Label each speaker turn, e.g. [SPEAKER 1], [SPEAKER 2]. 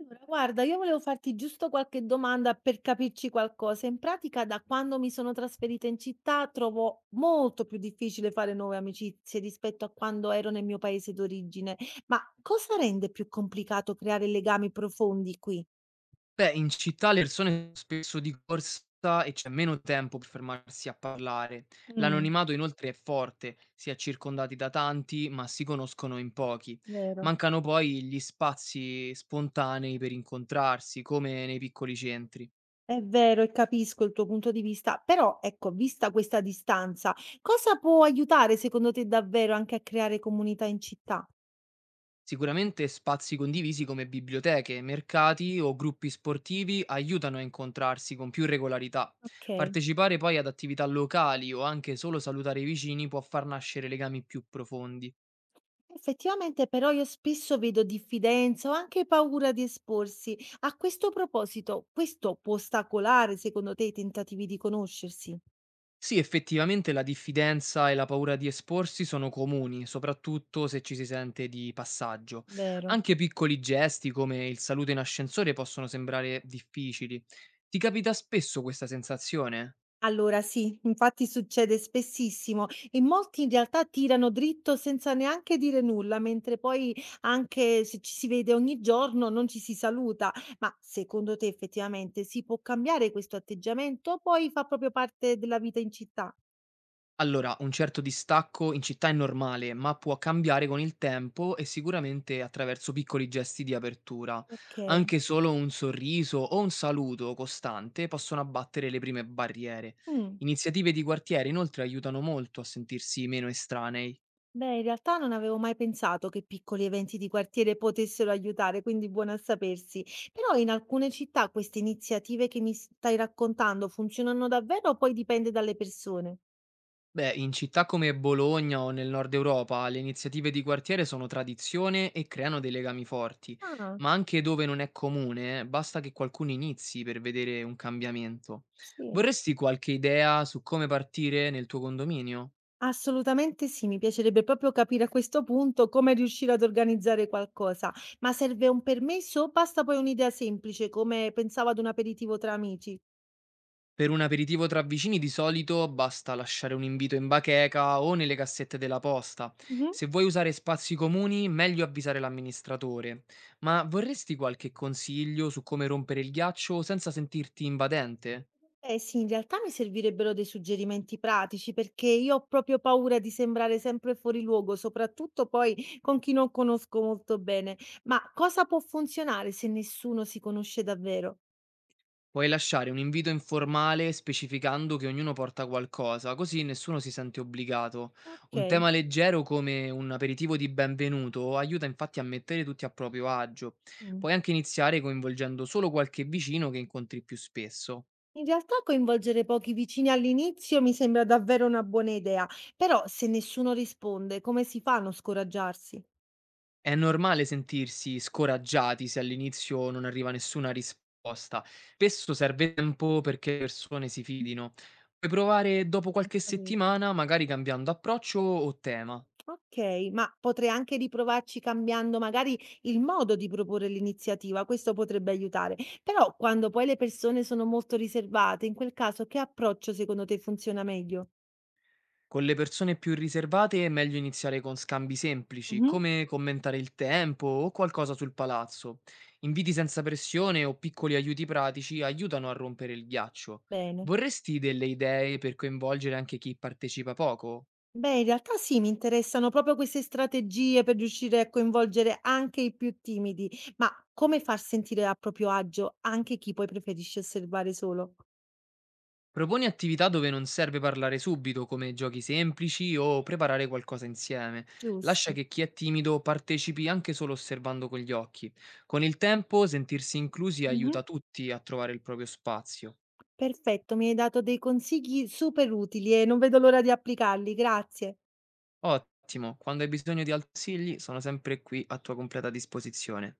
[SPEAKER 1] Allora, guarda, io volevo farti giusto qualche domanda per capirci qualcosa. In pratica, da quando mi sono trasferita in città, trovo molto più difficile fare nuove amicizie rispetto a quando ero nel mio paese d'origine. Ma cosa rende più complicato creare legami profondi qui?
[SPEAKER 2] Beh, in città le persone sono spesso di corsa e c'è meno tempo per fermarsi a parlare.
[SPEAKER 1] Mm,
[SPEAKER 2] L'anonimato inoltre è forte, si è circondati da tanti, ma si conoscono in pochi.
[SPEAKER 1] vero.
[SPEAKER 2] Mancano poi gli spazi spontanei per incontrarsi, come nei piccoli centri.
[SPEAKER 1] È vero, e capisco il tuo punto di vista, però ecco, vista questa distanza, cosa può aiutare secondo te davvero anche a creare comunità in città?
[SPEAKER 2] Sicuramente spazi condivisi come biblioteche, mercati o gruppi sportivi aiutano a incontrarsi con più regolarità.
[SPEAKER 1] Ok.
[SPEAKER 2] Partecipare poi ad attività locali o anche solo salutare i vicini può far nascere legami più profondi.
[SPEAKER 1] Effettivamente però io spesso vedo diffidenza o anche paura di esporsi. A questo proposito, questo può ostacolare secondo te i tentativi di conoscersi?
[SPEAKER 2] Sì, effettivamente la diffidenza e la paura di esporsi sono comuni, soprattutto se ci si sente di passaggio.
[SPEAKER 1] Vero?
[SPEAKER 2] Anche piccoli gesti come il saluto in ascensore possono sembrare difficili. Ti capita spesso questa sensazione?
[SPEAKER 1] Allora sì, infatti succede spessissimo e molti in realtà tirano dritto senza neanche dire nulla, mentre poi anche se ci si vede ogni giorno non ci si saluta. Ma secondo te effettivamente si può cambiare questo atteggiamento? O poi fa proprio parte della vita in città.
[SPEAKER 2] Allora, un certo distacco in città è normale, ma può cambiare con il tempo e sicuramente attraverso piccoli gesti di apertura.
[SPEAKER 1] Ok.
[SPEAKER 2] Anche solo un sorriso o un saluto costante possono abbattere le prime barriere.
[SPEAKER 1] Mm.
[SPEAKER 2] Iniziative di quartiere inoltre aiutano molto a sentirsi meno estranei.
[SPEAKER 1] Beh, in realtà non avevo mai pensato che piccoli eventi di quartiere potessero aiutare, quindi buono a sapersi. Però in alcune città queste iniziative che mi stai raccontando funzionano davvero o poi dipende dalle persone?
[SPEAKER 2] Beh, in città come Bologna o nel nord Europa le iniziative di quartiere sono tradizione e creano dei legami forti,
[SPEAKER 1] Ah,
[SPEAKER 2] ma anche dove non è comune, basta che qualcuno inizi per vedere un cambiamento.
[SPEAKER 1] sì.
[SPEAKER 2] Vorresti qualche idea su come partire nel tuo condominio?
[SPEAKER 1] Assolutamente sì, mi piacerebbe proprio capire a questo punto come riuscire ad organizzare qualcosa. Ma serve un permesso o basta poi un'idea semplice, come pensavo ad un aperitivo tra amici?
[SPEAKER 2] Per un aperitivo tra vicini di solito basta lasciare un invito in bacheca o nelle cassette della posta. Se vuoi usare spazi comuni, meglio avvisare l'amministratore. Ma vorresti qualche consiglio su come rompere il ghiaccio senza sentirti invadente?
[SPEAKER 1] Eh sì, in realtà mi servirebbero dei suggerimenti pratici perché io ho proprio paura di sembrare sempre fuori luogo, soprattutto poi con chi non conosco molto bene. Ma cosa può funzionare se nessuno si conosce davvero?
[SPEAKER 2] Puoi lasciare un invito informale specificando che ognuno porta qualcosa, così nessuno si sente obbligato. Un
[SPEAKER 1] Ok.
[SPEAKER 2] tema leggero come un aperitivo di benvenuto aiuta infatti a mettere tutti a proprio agio.
[SPEAKER 1] Mm.
[SPEAKER 2] Puoi anche iniziare coinvolgendo solo qualche vicino che incontri più spesso.
[SPEAKER 1] In realtà coinvolgere pochi vicini all'inizio mi sembra davvero una buona idea, però se nessuno risponde, come si fa a non scoraggiarsi?
[SPEAKER 2] È normale sentirsi scoraggiati se all'inizio non arriva nessuna risposta. Spesso serve tempo perché le persone si fidino. Puoi provare dopo
[SPEAKER 1] Ho
[SPEAKER 2] qualche
[SPEAKER 1] capito.
[SPEAKER 2] settimana, magari cambiando approccio o tema.
[SPEAKER 1] Okay, ma potrei anche riprovarci cambiando magari il modo di proporre l'iniziativa, questo potrebbe aiutare. Però quando poi le persone sono molto riservate, in quel caso che approccio secondo te funziona meglio?
[SPEAKER 2] Con le persone più riservate è meglio iniziare con scambi semplici,
[SPEAKER 1] Mh-mh.
[SPEAKER 2] come commentare il tempo o qualcosa sul palazzo. Inviti senza pressione o piccoli aiuti pratici aiutano a rompere il ghiaccio.
[SPEAKER 1] Bene.
[SPEAKER 2] Vorresti delle idee per coinvolgere anche chi partecipa poco?
[SPEAKER 1] Beh, in realtà sì, mi interessano proprio queste strategie per riuscire a coinvolgere anche i più timidi, ma come far sentire a proprio agio anche chi poi preferisce osservare solo?
[SPEAKER 2] Proponi attività dove non serve parlare subito, come giochi semplici o preparare qualcosa insieme. Lascia
[SPEAKER 1] Giusto.
[SPEAKER 2] che chi è timido partecipi anche solo osservando con gli occhi. Con il tempo sentirsi inclusi
[SPEAKER 1] Mh-mh.
[SPEAKER 2] aiuta tutti a trovare il proprio spazio.
[SPEAKER 1] Perfetto, mi hai dato dei consigli super utili e non vedo l'ora di applicarli, grazie.
[SPEAKER 2] Ottimo, quando hai bisogno di consigli sono sempre qui a tua completa disposizione.